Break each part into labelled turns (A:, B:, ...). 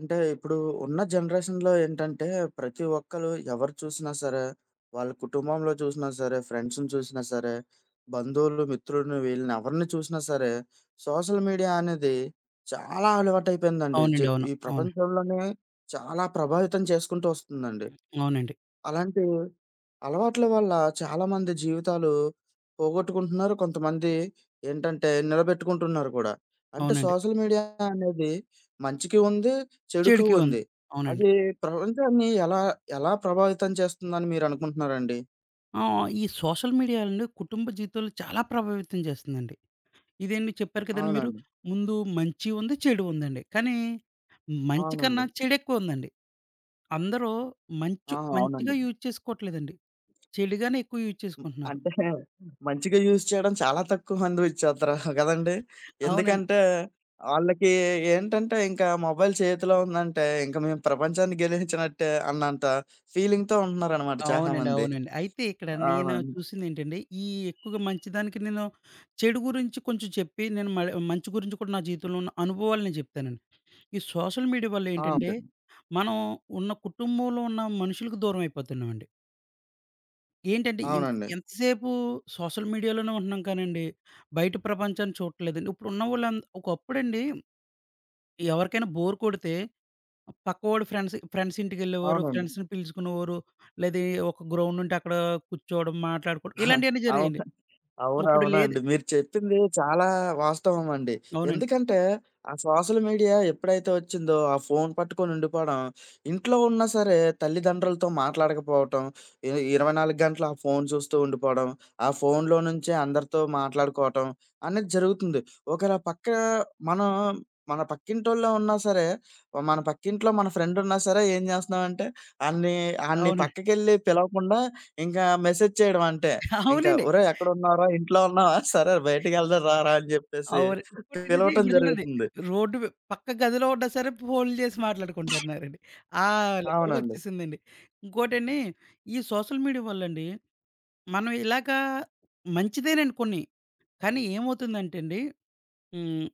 A: అంటే ఇప్పుడు ఉన్న జనరేషన్‌లో ఏంటంటే, ప్రతి ఒక్కళ్ళు ఎవరు చూసినా సరే, వాళ్ళ కుటుంబంలో చూసినా సరే, ఫ్రెండ్స్‌ని చూసినా సరే, బంధువులు, మిత్రులను వీళ్ళని ఎవరిని చూసినా సరే, సోషల్ మీడియా అనేది చాలా అలవాటైపోయిందండి.
B: అవునండి. అవును.
A: ఈ
B: అవును.
A: ప్రపంచంలోనే చాలా ప్రభావితం చేసుకుంటూ వస్తుందండి.
B: అవునండి.
A: అలాంటి అలవాట్ల వల్ల చాలామంది జీవితాలు పోగొట్టుకుంటున్నారు. కొంతమంది ఏంటంటే నిలబెట్టుకుంటున్నారు కూడా. అంటే
B: అవునండి.
A: సోషల్ మీడియా అనేది మంచికి ఉంది, చెడుకు
B: చెడుకి ఉంది.
A: ఉంది.
B: అవునండి.
A: అది ప్రపంచాన్ని ఎలా ఎలా ప్రభావితం చేస్తుందని మీరనుకుంటున్నారండి?
B: ఆ! ఈ సోషల్ మీడియా అండి కుటుంబ జీవితాలు చాలా ప్రభావితం చేస్తుందండి. ఇదేండి చెప్పారు కదండీ మీరు.
A: అవునండి.
B: ముందు మంచి ఉంది, చెడు ఉందండి. కానీ మంచి
A: అవునండి.
B: కన్నా చెడెక్కువుందండి. అందరూ
A: ఆ!
B: మంచు
A: అవునండి.
B: మంచిగా యూజ్ చేసుకోవట్లేదండి. చెడుగానే ఎక్కువ యూజ్
A: హ్మ్.
B: చేసుకుంటున్నారు.
A: అంటే మంచిగా యూజ్ చేయడం చాలా తక్కువ మంది చేత్తరు కదండీ!
B: అవునండి.
A: ఎందుకంటే ఆళ్ళకి ఏంటంటే ఇంకా మొబైల్ చేతిలో ఉందంటే ఇంక మేము ప్రపంచాన్ని గెలిచినట్టే అన్నంత ఫీలింగ్‌తో ఉంటున్నారనమాట
B: అవునండి.
A: చాలామంది.
B: అవునండి. అయితే ఇక్కడ నేను
A: అవునండి.
B: చూసిందేంటంటే, ఈ ఎక్కువగా మంచిదానికి నేను చెడు గురించి కొంచెం చెప్పి, నేను మ మంచి గురించి కూడా నా జీవితంలో ఉన్న అనుభవాలు నేను చెప్తానండి. ఈ సోషల్ మీడియా వల్ల
A: ఆ!
B: ఏంటంటే,
A: ఓకే.
B: మనం ఉన్న కుటుంబంలో ఉన్న మనుషులకు దూరం అయిపోతున్నామండి. ఏంటంటే
A: అవునండి.
B: ఎంతసేపు సోషల్ మీడియాలోనే ఉంటున్నాం కానండి, బయట ప్రపంచాన్ని చూడట్లేదండి. ఇప్పుడు ఉన్నవాళ్ళం ఒకప్పుడండి ఎవరికైనా బోర్ కొడితే పక్కవాడి ఫ్రెండ్స్ ఫ్రెండ్స్ ఇంటికెళ్ళేవారు,
A: అవునండి.
B: ఫ్రెండ్స్‌ని పిలుచుకునేవారు. లేదా ఒక గ్రౌండ్ ఉంటే అక్కడ కూర్చోవడం, మాట్లాడుకోవడం ఇలాంటియన్నీ జరిగాయండి.
A: అవును.
B: ఇప్పుడు లేదు.
A: అవునవునండి. మీరు చెప్పింది చాలా వాస్తవమండి.
B: అవునండి.
A: ఎందుకంటే, ఆ సోషల్ మీడియా ఎప్పుడైతే వచ్చిందో, ఆ ఫోను పట్టుకొని ఉండిపోవడం, ఇంట్లో ఉన్నా సరే తల్లిదండ్రులతో మాట్లాడకపోవటం, 24 గంటలు ఆ ఫోను చూస్తూ ఉండిపోవడం, ఆ ఫోనులో నుంచే అందరితో మాట్లాడుకోవటం అనేది జరుగుతుంది. ఒకవేళ పక్క మనం మన పక్కింటోళ్ళే ఉన్నా సరే, మన పక్కింట్లో మన ఫ్రెండ్ ఉన్నా సరే ఏం చేస్తున్నామంటే, ఆడిని ఆడిని
B: అవునండి.
A: పక్కకెళ్ళి పిలవకుండా ఇంకా మెసేజ్ చేయడం అంతే. ఇంకా
B: అవునండి.
A: "ఒరేయ్! ఎక్కడున్నావురా? ఇంట్లో ఉన్నావా? సరే బయటికెళ్దాం రారా" అని జెప్పేసి
B: అవును. ఇంకోటేంటంటే
A: పిలవటం
B: ఇప్పుడు చూడండి.
A: జరుగుతుంది.
B: రోడ్డు మి పక్క గదిలో ఉన్నా సరే ఫోన్లు చేసి మాట్లాడుకుంటున్నారండి. ఆ
A: అవునండి.
B: లెవెల్‌కొచ్చేసిందండి. ఇంకోటండి, ఈ సోషల్ మీడియా వల్లండి మనం ఇలాగా మంచిదేనండి కొన్ని. కానీ ఏమవుతుందంటే అండి, హ్మ్.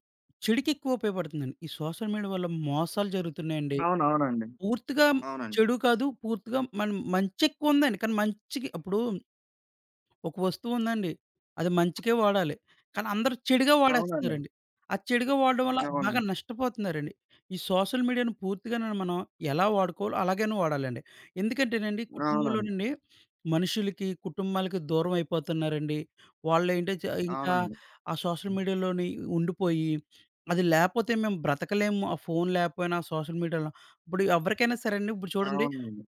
B: చెడుకి ఎక్కువ ఉపయోగపడుతుందండి. ఈ సోషల్ మీడియా వల్ల మోసాలు జరుగుతున్నాయండి.
A: అవునవునండి.
B: పూర్తిగా
A: అవునండి.
B: చెడు కాదు. పూర్తిగా మన మంచెక్కువుందండి. కానీ మంచికి ఇప్పుడు ఒక వస్తువుందండి. అది మంచికే వాడాలి. కానీ అందరూ చెడుగా
A: అవునండి.
B: వాడేస్తున్నారండి. ఆ చెడుగా వాడడం వల్ల బాగా
A: అవునండి.
B: నష్టపోతున్నారండి. ఈ సోషల్ మీడియాను పూర్తిగాను మనం ఎలా వాడుకోవాలో అలాగనే వాడాలండి. ఎందుకంటేనండి
A: అవునండి.
B: కుటుంబంలోనండి మనుషులకి, కుటుంబాలకి దూరం అయిపోతున్నారండి. వాళ్ళేంటి చ ఇంకా
A: అవునండి.
B: ఆ సోషల్ మీడియాలోని ఉండిపోయి, అది లేపోతే మేము బ్రతకలేము. ఆ ఫోను లేకపోయినా సోషల్ మీడియాలో ఇప్పుడు ఎవరికైనా సరే అండి ఇప్పుడు చూడండి,
A: అవునండి.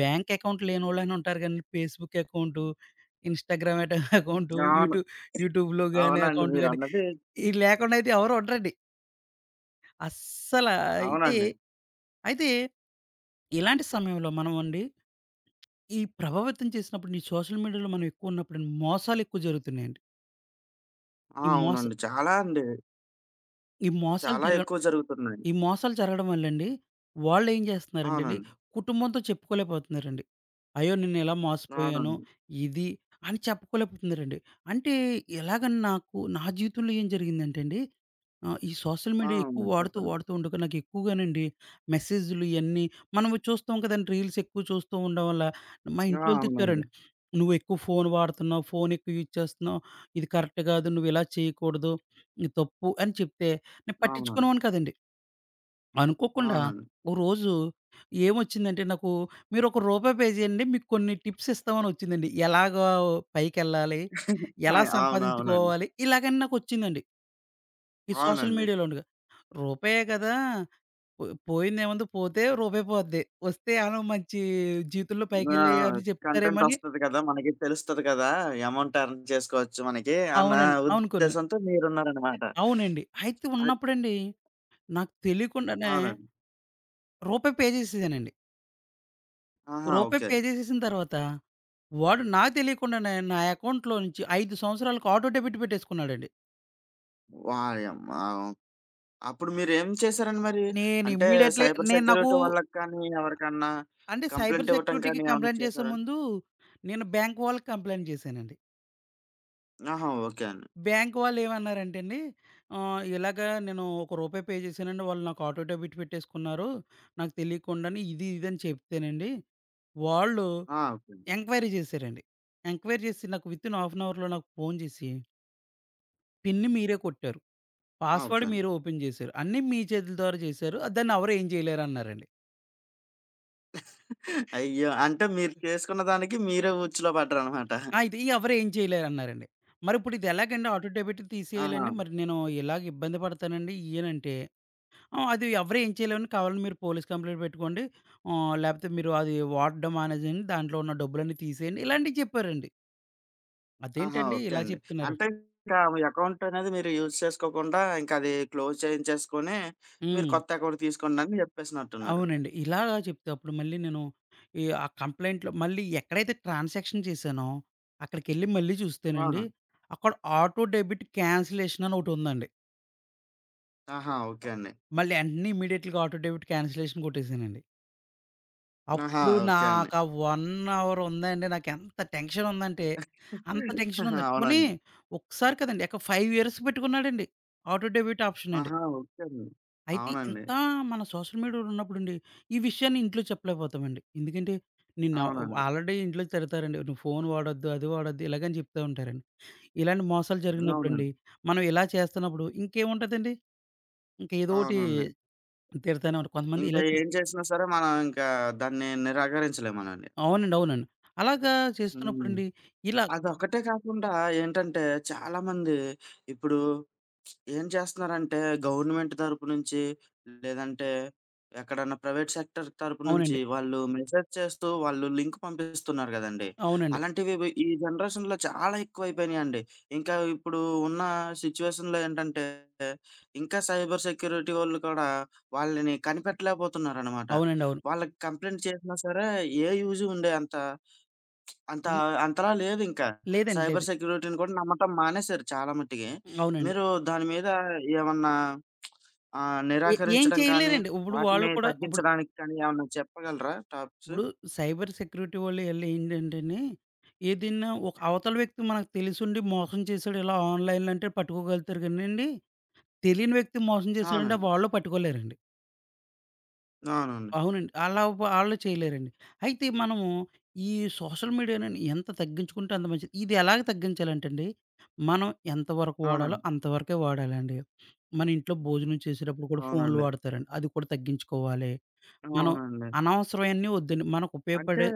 B: బ్యాంక్ అకౌంట్ లేనోళ్ళని ఉంటారు గానీ, ఫేస్‌బుక్ అకౌంటు, ఇన్‌స్టాగ్రామ్ అకౌంటు,
A: అవును.
B: యూట్యూబ్‌లో గాని,
A: అవునండి.
B: అకౌంట్ గాని
A: మీరన్నది
B: ఇయి లేకుండా అయితే ఎవరు ఉండరండి. అస్సల అయితే,
A: అవునండి.
B: అయితే ఇలాంటి సమయంలో మనం అండి, ఈ ప్రభావితం చేసినప్పుడు ఈ సోషల్ మీడియాలో మనం ఎక్కువ ఉన్నప్పుడండి, మోసాలెక్కువ జరుగుతున్నాయండి.
A: ఆ!
B: ఈ మోస
A: అవునండి. చాలా అండి.
B: ఈ మోసాలు
A: చాలా
B: జరగ
A: ఎక్కువ జరుగుతున్నాయి.
B: ఈ మోసాలు జరగడం వల్లండి, వాళ్ళేం చేస్తున్నారంటేండి,
A: అవునండి.
B: కుటుంబంతో చెప్పుకోలేకపోతున్నారండి. అయ్యో! నేనిలా మోసపోయాను,
A: అవునండి.
B: ఇది అని చెప్పుకోలేకపోతున్నారండి. అంటే ఎలాగని నాకు నా జీవితంలో ఏం జరిగిందంటే అండి, ఈ సోషల్
A: ఆ!
B: మీడియా ఎక్కువ
A: అవునండి.
B: వాడుతూ,
A: చెప్పండి.
B: వాడుతూ ఉండగా నాకు ఎక్కువగానండి మెసేజులు ఇయన్నీ మనము చూస్తాం కదండీ, రీల్స్ ఎక్కువ చూస్తూ ఉండడం వల్ల, మా
A: ఆ!
B: ఇంట్లోళ్ళు
A: అవునండి.
B: తిట్టారండి. "నువ్వెక్కువ ఫోను వాడుతున్నావు, ఫోను ఎక్కువ యూజ్ చేస్తున్నావు, ఇది కరెక్ట్ కాదు, నువ్విలా చేయకూడదు, ఇది తప్పు" అని చెప్తే నేను
A: అవునండి.
B: పట్టించుకునేవాడిని కాదండి. అనుకోకుండా
A: అవునండి.
B: ఓ రోజు ఏమొచ్చిందంటే నాకు, "మీరొక రూపాయి పే చేయండి. మీకు కొన్ని టిప్స్ ఇస్తామని" వచ్చిందండి. ఎలాగా పైకెళ్ళాలి? ఎలా
A: అవునవునండి.
B: సంపాదించుకోవాలి? ఇలాగని నాకొచ్చిందండి. ఈ సోషల్
A: అవునండి.
B: మీడియాలో ఉండగా. రూపాయే కదా! పో పోయిందేముంది, పోతే రూపాయి పోద్ది. వస్తే ఏమన్నా మంచి జీవితంలో
A: ఆ!
B: పైకెళ్ళాయని చెప్తారేమో
A: కంటెంట్
B: అని చెప్తారేమని.
A: ఒస్తది కదా! మనకి తెలుస్తది కదా! ఎమౌంట్ ఎర్న్ చేసుకోవచ్చు మనకి అన్న
B: అవునండి. అనుకున్నా.
A: ఉద్దేశంతో మీరున్నారనమాట.
B: అవునండి. అయితే
A: అద్
B: ఉన్నప్పుడండి నాకు తెలియకుండానే
A: అవునండి.
B: రూపాయి పే చేసేసానండి.
A: ఆహా!
B: రూపాయి
A: ఓకే.
B: పే చేసేసిన తర్వాత, వాడు నాకు తెలియకుండానే నా అకౌంట్‌లో నుంచి 5 సంవత్సరాలకి ఆటో డెబిట్ పెట్టేసుకున్నాడండి.
A: వాయమ్మ! అప్పుడు మీరేం చేశారండి మరి?
B: నేను
A: అంటే
B: ఇమ్మీడియేట్‌లీ
A: సైబర్
B: నేను నాకు
A: సెక్యూరిటీ వాళ్ళకి కానీ, ఎవరికన్నా
B: అంటే, సైబర్
A: కంప్లెయింట్ ఇవ్వటం
B: సెక్యూరిటీకి
A: కానీ ఏమన్నా
B: కంప్లెయింట్ చేసే
A: చేశారా?
B: ముందు, నేను బ్యాంక్ వాళ్ళకి కంప్లెయింట్ చేశానండి.
A: ఆహా! ఓకే అండి.
B: బ్యాంక్ వాళ్ళు ఏమన్నారంటే అండి, ఇలాగ నేను ఒక రూపాయి పే చేశానండి. వాళ్ళు నాకు ఆటో డెబిట్ పెట్టేసుకున్నారు. నాకు తెలియకుండానే ఇది, ఇది అని చెప్తేనండి, వాళ్ళు
A: ఆ! ఓకే అండి.
B: ఎంక్వైరీ చేశారండి. ఎంక్వైరీ చేసి నాకు వితిన్ హాఫ్ అన్ అవర్‌లో నాకు ఫోను చేసి, పిన్ మీరే కొట్టారు.
A: ఆ! ఓకే
B: పాస్‌వర్డ్
A: అండి.
B: మీరు ఓపెన్ చేశారు. అన్నీ మీ చేతుల ద్వారా చేశారు. దాన్ని ఎవరు ఏం చేయలేరన్నారండి.
A: అయ్యో! అంటే మీరు చేసుకున్న దానికి మీరే ఉచ్చులో పడ్డారనమాట.
B: ఆ! ఇది ఈ ఎవరు ఏం చేయలేరన్నారండి. మరిప్పుడు ఇది ఎలాగండి ఆటో డెబిట్
A: ఆహా!
B: తీసేయాలండి? మరి నేను ఇలాగ ఇబ్బంది పడతానండి ఇయ్యనంటే, అది ఎవరు ఏం చేయలేరని, కావాలని మీరు పోలీస్ కంప్లెయింట్ పెట్టుకోండి. లేకపోతే మీరు అది వాడడం మానేసేయండి. దాంట్లో ఉన్న డబ్బులన్నీ తీసేయండి. ఇలాంటివి చెప్పారండి.
A: ఆహా!
B: అదేంటండి
A: ఓకే
B: ఇలా
A: అండి.
B: చెప్తున్నారు?
A: అంటే ఇంకా మీ అకౌంట్ అనేది మీరు యూజ్ చేసుకోకుండా ఇంకా అది క్లోజ్ చేయించేసుకొని, మీరు
B: హ్మ్.
A: కొత్త అకౌంట్ తీసుకోండి అని చెప్పేసినట్టున్నారు.
B: అవునండి. ఇలాగా చెప్తే అప్పుడు మళ్ళీ నేను ఈ ఆ కంప్లెయింట్‌లో మళ్ళీ ఎక్కడైతే ట్రాన్సాక్షన్ చేశానో అక్కడికెళ్ళి మళ్ళీ
A: అవునా?
B: చూస్తేనండి, అక్కడ ఆటో డెబిట్ క్యాన్సిలేషన్ అని ఒకటుందండి.
A: ఆహా! ఓకే అండి.
B: మళ్ళీ ఎంటనే ఇమ్మీడియేట్‌గా ఆటో డెబిట్ క్యాన్సిలేషన్ కొట్టేసానండి.
A: ఆహా!
B: అప్పుడు
A: ఓకే అండి.
B: నాకా 1 అవర్ ఉందండి. నాకెంత టెన్షన్ ఉందంటే, అంత టెన్షన్ ఉందండి. పోనీ
A: అవునండి.
B: ఒక్కసారి కదండీ! ఒక 5 ఇయర్స్ పెట్టుకున్నాడండి. ఆటో డెబిట్ ఆప్షన్ అండి.
A: ఆహా! ఓకే అండి.
B: అయితే
A: అవునండి.
B: ఇంత మన సోషల్ మీడియాలో ఉన్నప్పుడండి, ఈ విషయాన్ని ఇంట్లో చెప్పలేకపోతామండి. ఎందుకంటే, నిన్న
A: అవునండి.
B: ఆల్రెడీ ఇంట్లో తిడతారండి. "నువ్వు ఫోను వాడొద్దు, అది వాడొద్దు" ఇలాగని చెప్తా ఉంటారండి. ఇలాంటి మోసాలు జరిగినప్పుడండి,
A: అవునండి.
B: మనం ఇలా చేస్తున్నప్పుడు ఇంకేముంటదండి? ఇంకేదోటి
A: అవునండి.
B: తిడతానే ఉంటారు. కొంతమంది
A: ఇంకా
B: ఇలా చెప్
A: ఏం చేసినా సరే మనం ఇంకా దాన్ని నిరాకరించలేమనండి.
B: అవునండి. అవునండి. అలాగా
A: హ్మ్.
B: చేస్తున్నప్పుడండి, ఇలా
A: అదొక్కటే కాకుండా ఏంటంటే చాలామంది ఇప్పుడు ఏం చేస్తున్నారంటే గవర్నమెంట్ తరపు నుంచి, లేదంటే ఎక్కడన్నా ప్రైవేట్ సెక్టర్ తరపు నుంచి
B: అవునండి.
A: వాళ్ళు మెసేజ్ చేస్తూ వాళ్ళు లింక్ పంపిస్తున్నారు గదండీ!
B: అవునండి.
A: అలాంటివి వి ఈ జనరేషన్‌లో చాలా ఎక్కువైపోయినాయండి. ఇంకా ఇప్పుడు ఉన్న సిట్యుయేషన్‌లో ఏంటంటే ఇంకా సైబర్ సెక్యూరిటీ వోళ్ళు కూడా వాళ్ళని కనిపెట్టలేకపోతున్నారనమాట.
B: అవునండి. అవును.
A: వాళ్ళకి కంప్లెయింట్ చేసినా సరే ఏ యూజ్ ఉండే అంత అంత
B: ల్
A: అంతలా లేదింకా.
B: లేదండి.
A: సైబర్
B: లేదు.
A: సెక్యూరిటీని కూడా నమ్మటం మానేశారు చాలా మట్టికి.
B: అవునండి.
A: మీరు దాని మీద ఏమన్నా ఆహ్,
B: ఏం
A: నిరాకరించడం కానీ,
B: చేయలేరండి.
A: వాటిని తగ్గించడానికి కానీ ఏమన్నా చెప్పగలరా టాప్స్?
B: ఇప్పుడు సైబర్ సెక్యూరిటీ వాళ్ళు ఎళ్ళి ఏంటంటేనే, ఏదైనా ఒక అవతల వ్యక్తి మనకు తెలిసుండి మోసం చేశాడు ఇలా ఆన్‌లైన్‌లో అంటే పట్టుకోగలుగుతారు గానండి, తెలియని వ్యక్తి మోసం చేశాడంటే
A: అవునండి.
B: వాళ్ళు పట్టుకోలేరండి.
A: అవునండి.
B: అవునండి. అలా వాళ్ళు చేయలేరండి. అయితే మనము ఈ సోషల్ మీడియా‌ని ఎంత తగ్గించుకుంటే అంత మంచిది. ఇది ఎలాగ తగ్గించాలంటేండి, మనం ఎంతవరకు వాడాలో
A: అవునండి.
B: అంతవరకే వాడాలండి. మన ఇంట్లో భోజనం చేసేటప్పుడు కూడా ఫోన్‌లు
A: అవునండి.
B: వాడతారండి. అది కూడా తగ్గించుకోవాలి. మనం
A: అవునండి.
B: అనవసరమైనయి వద్దండి. మనకు
A: అంటే
B: ఉపయోగపడే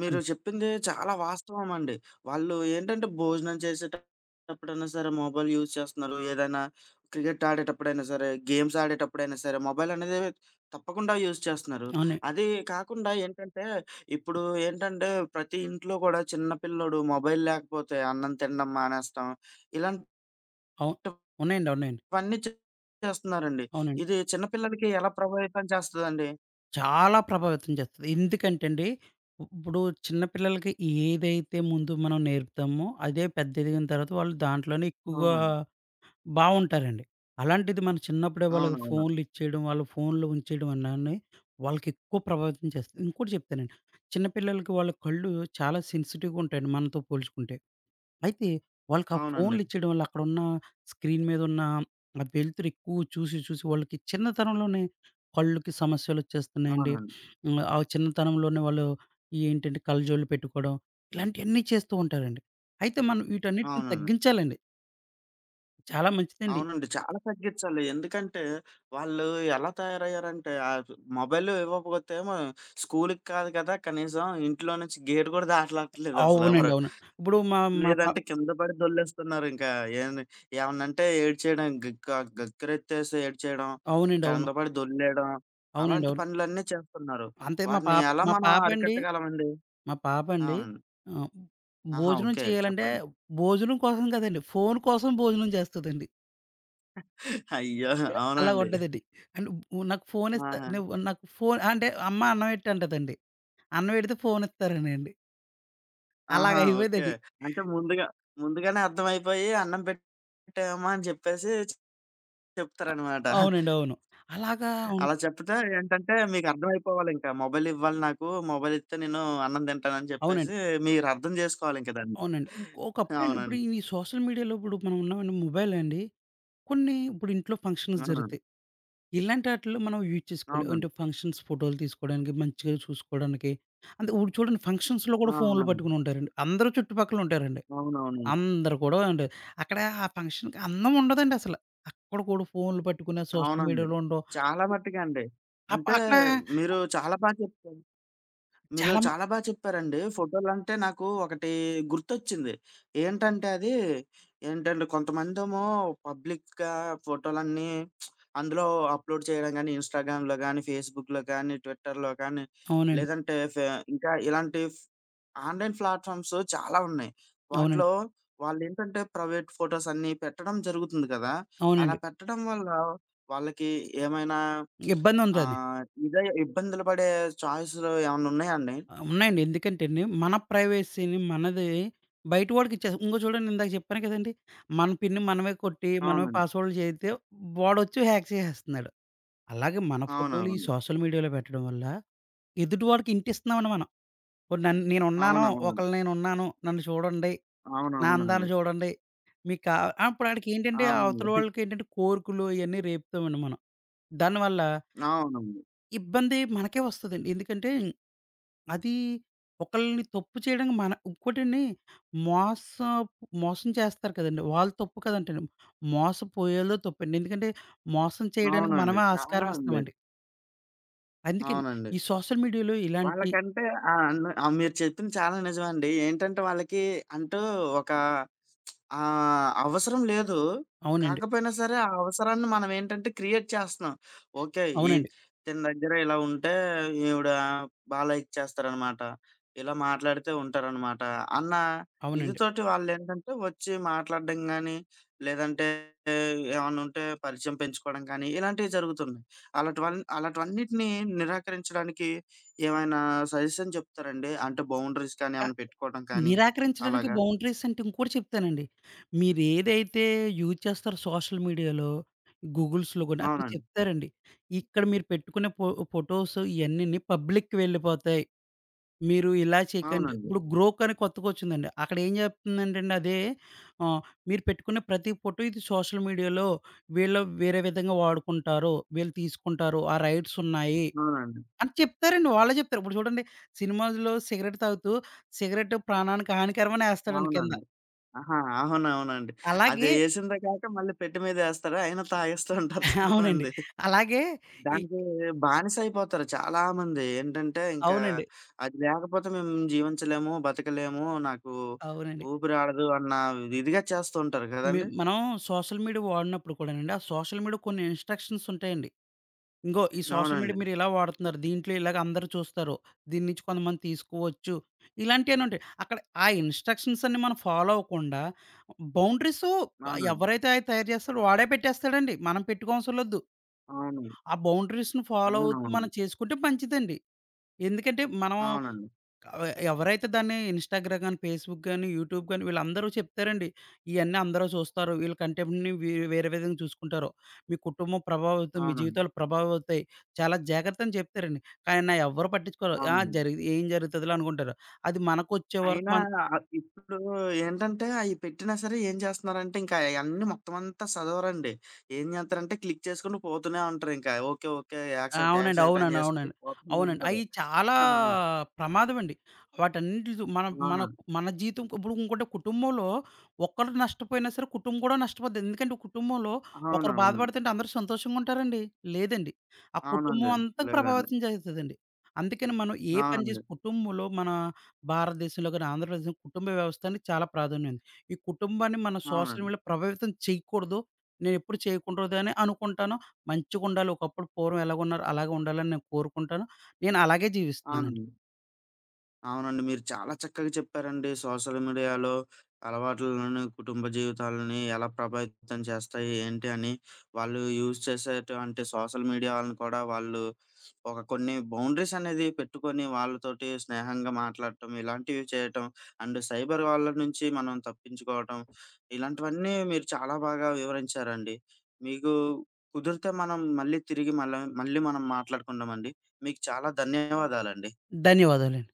A: మీరు చెప్పింది చాలా వాస్తవం అండి. వాళ్ళు ఏంటంటే భోజనం చేసేటప్పుడైనా సరే మొబైల్ యూజ్ చేస్తున్నారు. ఏదైనా క్రికెట్ ఆడేటప్పుడైనా సరే, గేమ్స్ ఆడేటప్పుడైనా సరే మొబైల్ అనేది తప్పకుండా యూజ్ చేస్తున్నారు.
B: అవును.
A: అది కాకుండా ఏంటంటే ఇప్పుడు ఏంటంటే ప్రతి ఇంట్లో కూడా చిన్న పిల్లోడు మొబైల్ లేకపోతే అన్నం తినడం మానేస్తాం. ఇలాంటివన్నీ
B: అవును. ఉన్నాయండి. ఉన్నాయండి.
A: చే- చేస్తున్నారండి.
B: అవునండి.
A: ఇది చిన్న పిల్లలకి ఎలా ప్రభావితం చేస్తదండి?
B: చాలా ప్రభావితం చేస్తది. ఎందుకంటే అండి, ఇప్పుడు చిన్న పిల్లలకి ఏదైతే ముందు మనం నేర్పుతామో, అదే పెద్ద ఎదిగిన తర్వాత వాళ్ళు దాంట్లోనే ఎక్కువగా
A: అవునండి.
B: బావుంటారండి. అలాంటిది మనం చిన్నప్పుడే వాళ్ళకి
A: అవునవునండి.
B: ఫోన్‌లు ఇచ్చేయడం, వాళ్ళు ఫోన్‌లో ఉంచేయడం అన్నాన్ని వాళ్ళకి ఎక్కువ ప్రభావితం చేస్తది. ఇంకోటి చెప్తానండి. చిన్న పిల్లలకి వాళ్ళ కళ్ళు చాలా సెన్సిటివ్‌గా ఉంటాయండి మనతో పోల్చుకుంటే. అయితే వాళ్ళకి ఆ
A: అవునండి.
B: ఫోన్‌లిచ్చేయడం వల్ల అక్కడున్న స్క్రీన్ మీదున్న ఆ వెలుతురు ఎక్కువ చూసి, చూసి వాళ్ళకి చిన్నతనంలోనే కళ్ళుకి సమస్యలొచ్చేస్తున్నాయండి.
A: అవునండి.
B: ఆ చిన్నతనంలోనే వాళ్ళు ఈ ఏంటంటే కళ్ళజోళ్ళు పెట్టుకోవడం, ఇలాంటియన్నీ చేస్తూ ఉంటారండి. అయితే మనం వీటన్నిటిని
A: అవునండి.
B: తగ్గించాలండి. చాలా మంచిదండి.
A: అవునండి. చాలా తగ్గిచ్చాలి. ఎందుకంటే, వాళ్ళు ఎలా తయారయ్యారంటే, ఆహ్, మొబైలు ఇవ్వకపోతే మ స్కూలుకి కాదు కదా! కనీసం ఇంట్లో నుంచి గేట్ గూడా
B: అవునండి.
A: దాటలట్లేదసలెవరు.
B: అవును. ఇప్పుడు మా మా పా
A: లేదంటే కింద పడి దొర్లేస్తున్నారింకా. ఏంది ఏమన్నంటే ఏడ్చేయడం, గక్కెరెత్తేసి ఏడ్చేయడం,
B: అవునండి.
A: కింద
B: అవును.
A: పడి దొర్లేయడం,
B: అవునండి.
A: అలాంటి
B: అవును.
A: పనులన్నీ చేస్తున్నారు.
B: అంతే మా
A: వాటిని
B: పాప
A: ఎలా
B: మా
A: మనం
B: పాపండి
A: అరికట్టగలమండి?
B: మా పాపండి
A: అవునండి.
B: ఆహ్,
A: ఆహా!
B: భోజనం
A: ఓకే.
B: చేయాలంటే,
A: చెప్పండి.
B: భోజనం కోసం కాదండి, ఫోను కోసం భోజనం చేస్తదండి.
A: అయ్యో!
B: అలా
A: అవునండి.
B: కొట్టదండి. అండ్ నాకు ఫోనిస్తా,
A: ఆహా!
B: నువ్వు నాకు ఫోను అంటే, అమ్మ అన్నం ఎట్టు అంటదండి. అన్నం ఎడితే ఫోనిస్తారనండి. అలాగ
A: ఆహా! ఓకే.
B: అయిపోయేదండి.
A: అంటే ముందుగానే అర్థమైపోయి అన్నం పెట్టామా అని చెప్పేసి చెప్తారనమాట.
B: అవునండి. అవును. అలాగా ఉం
A: అలా చెప్తే ఏంటంటే మీకు అర్థమైపోవాలింకా. మొబైల్ ఇవ్వాలి నాకు. మొబైల్ ఇస్తే నేను అన్నం తింటానని చెప్పేసి
B: అవునండి.
A: మీరు అర్థం చేసుకోవాలింక దాన్ని.
B: అవునండి. ఇంకో ఒకప్పుడండి ఇప్పుడు
A: అవునండి.
B: ఈ సోషల్ మీడియాలో ఇప్పుడు మనం ఉన్నామండి మొబైల్ అండి. కొన్ని ఇప్పుడు ఇంట్లో ఫంక్షన్స్
A: అవునండి.
B: జరుగుతాయి. ఇలాంటి ఆటిల్లో మనం యూజ్ చేసుకోవాలి. అంటే
A: అవునండి.
B: ఫంక్షన్స్ ఫోటోలు తీసుకోవడానికి, మంచిగా చూసుకోవడానికి. అంటే ఇప్పుడు చూడండి, ఫంక్షన్స్‌లో
A: ఆ!
B: కూడా ఫోన్‌లు
A: అవునండి.
B: పట్టుకొని ఉంటారండి. అందరూ చుట్టుపక్కల ఉంటారండి.
A: అవునవునండి.
B: అందరూ కూడా అండి. అక్కడ ఆ ఫంక్షన్‌కి అందం ఉండదండసల. అక్కడ కూడా ఫోన్‌లు పట్టుకుని సోషల్
A: అవునండి.
B: మీడియాలో ఉండవు.
A: చాలా మట్టుకండి. అంటే
B: అక్కడ
A: మీరు చాలా బా చెప్తారు. మీరు
B: చాలా మ
A: చాలా బా చెప్పారండి. ఫోటోలంటే నాకు ఒకటి గుర్తొచ్చింది. ఏంటంటే అది ఏంటంటే కొంతమందేమో పబ్లిక్‌గా ఫోటోలన్నీ అందులో అప్‌లోడ్ చేయడం గానీ, ఇన్‌స్టాగ్రామ్‌లో గానీ, ఫేస్‌బుక్‌లో గానీ, ట్విట్టర్‌లో కానీ, ట్విట్టర్ లో కానీ,
B: అవునండి.
A: లేదంటే ఇంకా ఇలాంటి ఆన్‌లైన్ ప్లాట్‌ఫామ్స్ చాలా ఉన్నాయి. వాటిలో
B: అవునండి.
A: వాళ్ళేంటంటే ప్రైవేట్ ఫోటోస్ అన్నీ పెట్టడం జరుగుతుంది కదా! అలా
B: అవునండి.
A: పెట్టడం వల్ల వాళ్ళకి ఏమైనా ఆ!
B: ఇబ్బందుంటది.
A: ఇదే ఇబ్బందులు పడే చాయిస్‌లు ఏమన్నా ఉన్నాయా అండి?
B: ఉన్నాయండి. ఎందుకంటేండి మన ప్రైవసీని మనది బయట వాడికి ఇచ్చేస్తాం. ఇంగో చూడండి ఇందాక చెప్పాను కదండీ! మన పిన్ మనమే కొట్టి, మనమే
A: అవునండి.
B: పాస్వర్డ్‌లు చేరితే వాడొచ్చి హ్యాక్ చేసేస్తున్నాడు. అలాగే మన ఫోటోలు ఈ
A: అవునవును.
B: సోషల్ మీడియాలో పెట్టడం వల్ల ఎదుటివాడికి ఇంటిస్తున్నామండి మనం. ఇప్పుడు నేనున్నాను,
A: అవునవునండి.
B: ఒకళ్ళు నేనున్నాను, నన్ను చూడండి, నా
A: అవునవునండి.
B: అందాన్ని చూడండి. మీకు కా ఆ! ఇప్పుడు ఆడికేంటంటే, అవతల
A: అవునండి.
B: వాళ్ళకేంటంటే కోరికలు ఇయన్నీ రేపుతామండి మనం. దానివల్ల
A: అవునండి.
B: ఇబ్బంది మనకే వస్తదండి. ఎందుకంటే అది ఒకళ్ళని తప్పు చేయడానికి మన ఇంకోటండి, మోసం మోసం చేస్తారు కదండీ! వాళ్ళు తప్పు కాదంటండి. మోసపోయేళ్ళు తప్పండి. ఎందుకంటే మోసం చేయడానికి
A: అవునండి.
B: మనమే
A: చాలా
B: ఆస్కారం
A: ఉంది.
B: ఇస్తామండి. అందుకని
A: అవునండి.
B: ఈ సోషల్ మీడియాలో ఇలాంటి
A: వాళ్ళకంటే ఆ! ఆ! మీరు చెప్పింది చాలా నిజమండి. ఏంటంటే వాళ్ళకి అంటూ ఒక ఆ! అవసరం లేదు.
B: అవునండి.
A: కాకపోయినా సరే, ఆ అవసరాన్ని మనమేంటంటే క్రియేట్ చేస్తున్నాం. ఓకే. ఈ
B: అవునండి.
A: ఇతని దగ్గర ఇలా ఉంటే ఈవిడ బా లైక్ చేస్తారనమాట. ఇలా మాట్లాడితే ఉంటారనమాట అన్న
B: అవునండి.
A: ఇదితోటి వాళ్ళేంటంటే వచ్చి మాట్లాడడం గానీ, లేదంటే ఏమన్నా ఉంటే పరిచయం పెంచుకోవడం కానీ, ఇలాంటివి జరుగుతున్నాయి. అలాటివన్నిటిని నిరాకరించడానికి ఏమైనా సజెషన్ చెప్తారండి? అంటే బౌండరీస్ కానీ
B: క
A: ఏమైనా పెట్టుకోవడం కానీ
B: నిరాకరించడానికి
A: అలాగా?
B: బౌండరీస్ అంటే ఇంకోటి చెప్తానండి. మీరేదైతే యూజ్ చేస్తారో సోషల్ మీడియాలో, గూగుల్స్‌లో కూడా అక్కడ
A: అవునండి.
B: చెప్తారండి. ఇక్కడ మీరు పెట్టుకునే ఫోటోస్ ఇయన్నీని పబ్లిక్‌కి వెళ్ళిపోతాయి. మీరు ఇలా చేయకండి.
A: అవునండి.
B: ఇప్పుడు గ్రోక్ అని కొత్తగొచ్చిందండి. అక్కడ ఏం చెప్తుందంటేండి అదే ఆహ్, మీరు పెట్టుకున్న ప్రతి ఫోటో ఇది సోషల్ మీడియాలో వీళ్ళు వేరే విధంగా వాడుకుంటారు. వీళ్ళు తీసుకుంటారు. ఆ రైట్స్ ఉన్నాయి.
A: అవునండి.
B: అని చెప్తారండి. వాళ్ళే జెప్తారు. ఇప్పుడు చూడండి, సినిమాలో సిగరెట్ తాగుతూ, సిగరెట్ ప్రాణానికి హానికరమని ఏస్తాడండి కింద.
A: అవునండి. ఆహా! అవునవునండి. అది
B: అలాగే
A: ఏసిందే కాక మళ్ళీ పెట్టె మీదేస్తారు. అయినా తాగేస్తూ ఉంటారు చాలా
B: అవునండి.
A: మంది.
B: అలాగే ఈ
A: దానికి బానిసైపోతారు చాలా మంది. ఏంటంటే ఇంకా
B: అవునండి.
A: అది లేకపోతే మేము జీవించలేము, బతకలేము, నాకు
B: అవునండి.
A: ఊపిరాడదు అన్న ఇదిగా చేస్తూ ఉంటారు కదండీ!
B: మనం సోషల్ మీడియా వాడినప్పుడు కూడానండి, ఆ సోషల్ మీడియా కొన్ని ఇన్‌స్ట్రక్షన్స్ ఉంటాయండి. ఇంగో ఈ సోషల్ మీడియా
A: అవునండి.
B: మీరు ఇలా వాడుతున్నారు. దీంట్లో ఇలాగ అందరూ చూస్తారు. దీని నుంచి కొంతమంది తీసుకోవచ్చు. ఇలాంటియన్ని ఉంటాయి. అక్కడ ఆ ఇన్‌స్ట్రక్షన్స్ అన్నీ మనం ఫాలో అవ్వకుండా బౌండరీసు
A: అవునండి.
B: ఎవరైతే అయి తయారు జేస్తాడో వాడే పెట్టేస్తాడండి. మనం పెట్టుకోవసరం లేదు.
A: అవును.
B: ఆ బౌండరీస్‌ని ఫాలో
A: అవును.
B: అవుతూ మనం
A: అవునవునండి.
B: చేసుకుంటే మంచిదండి. ఎందుకంటే మనం
A: అవునండి.
B: ఎవరైతే దాన్ని ఇన్‌స్టాగ్రామ్ గాని, ఫేస్‌బుక్ గాని, యూట్యూబ్ గాని వీళ్ళందరూ చెప్తారండి. ఇయన్నీ అందరూ చూస్తారు. వీళ్ళ కంటెంట్‌ని వేరే విధంగా చూసుకుంటారు. మీ కుటుంబం ప్రభావితం, మీ
A: అవునండి.
B: జీవితాలు ప్రభావితం అవుతాయి. చాలా జాగ్రత్త అని చెప్తారండి. కానీ నా ఎవ్వరు పట్టించుకోరు. ఆ!
A: అవునండి.
B: జరిగి ఏం జరుగుతదిలే అనుకుంటారు. అది మనకొచ్చే వరకు
A: అయినా
B: మన
A: ఆహ్, ఇప్పుడు ఏంటంటే అయి పెట్టినా సరే ఏం చేస్తున్నారంటే ఇంకా అయన్నీ మొత్తం అంతా చదవరండి. ఏం చేస్తారంటే క్లిక్ చేసుకుంటూ పోతూనే ఉంటారింకా. ఓకే. ఓకే.
B: ఆ!
A: యాక్సెప్ట్,
B: అవునండి.
A: యాక్సెప్ట్ అని
B: అవునండి.
A: చేసుకుంటూ
B: అవునండి.
A: పోతూనే
B: అవునండి.
A: ఉంటారు.
B: అయి చాలా
A: అవును.
B: ప్రమాదమండి. వాటన్నిటితో మన మన
A: అవునండి.
B: మన జీవితం ఇప్పుడు ఇంకోటి కుటుంబంలో ఒక్కరు నష్టపోయినా సరే కుటుంబం కూడా నష్టపోద్ది. ఎందుకంటే కుటుంబంలో ఒకరు
A: అవునవునండి.
B: బాధపడుతుంటే అందరూ సంతోషంగా ఉంటారండి? లేదండి. ఆ
A: అవునండి.
B: కుటుంబం
A: అవునండి
B: అంతా
A: లేదండి.
B: ప్రభావితం చేస్తదండి. అందుకని మనం ఏ పని
A: అవునండి.
B: చేసి కుటుంబంలో మన భారతదేశంలో గాని, ఆంధ్రప్రదేశ్‌లో కుటుంబ వ్యవస్థ అనేది చాలా ప్రాధాన్యం ఉంది. ఈ కుటుంబాన్ని మనం సోషల్
A: అవునండి.
B: మీడియాలో ప్రభావితం చేయకూడదు. నేనెప్పుడు చేయకూడదు అని అనుకుంటాను. మంచిగుండాలి. ఒకప్పుడు పూర్వం ఎలాగున్నారో అలాగే ఉండాలని నేను కోరుకుంటాను. నేను అలాగే జీవిస్తున్నానండి.
A: అవునండి. అవునండి. మీరు చాలా చక్కగా చెప్పారండి. సోషల్ మీడియాలో అలవాట్లను, కుటుంబ జీవితాలని ఎలా ప్రభావితం చేస్తాయి, ఏంటి అని. వాళ్ళు యూజ్ చేసేటువంటి సోషల్ మీడియాలను కూడా వాళ్ళు ఒక కొన్ని బౌండరీస్ అనేది పెట్టుకొని వాళ్ళతోటి స్నేహంగా మాట్లాడటం, ఇలాంటివి చేయటం అండ్ సైబర్ వాళ్ళ నుంచి మనం తప్పించుకోవటం, ఇలాంటివన్నీ మీరు చాలా బాగా వివరించారండి. మీకు కుదిరితే మనం మళ్ళీ తిరిగి మళ్ళీ మనం మాట్లాడుకుందామండి. మీకు చాలా ధన్యవాదాలండి.
B: ధన్యవాదాలండి.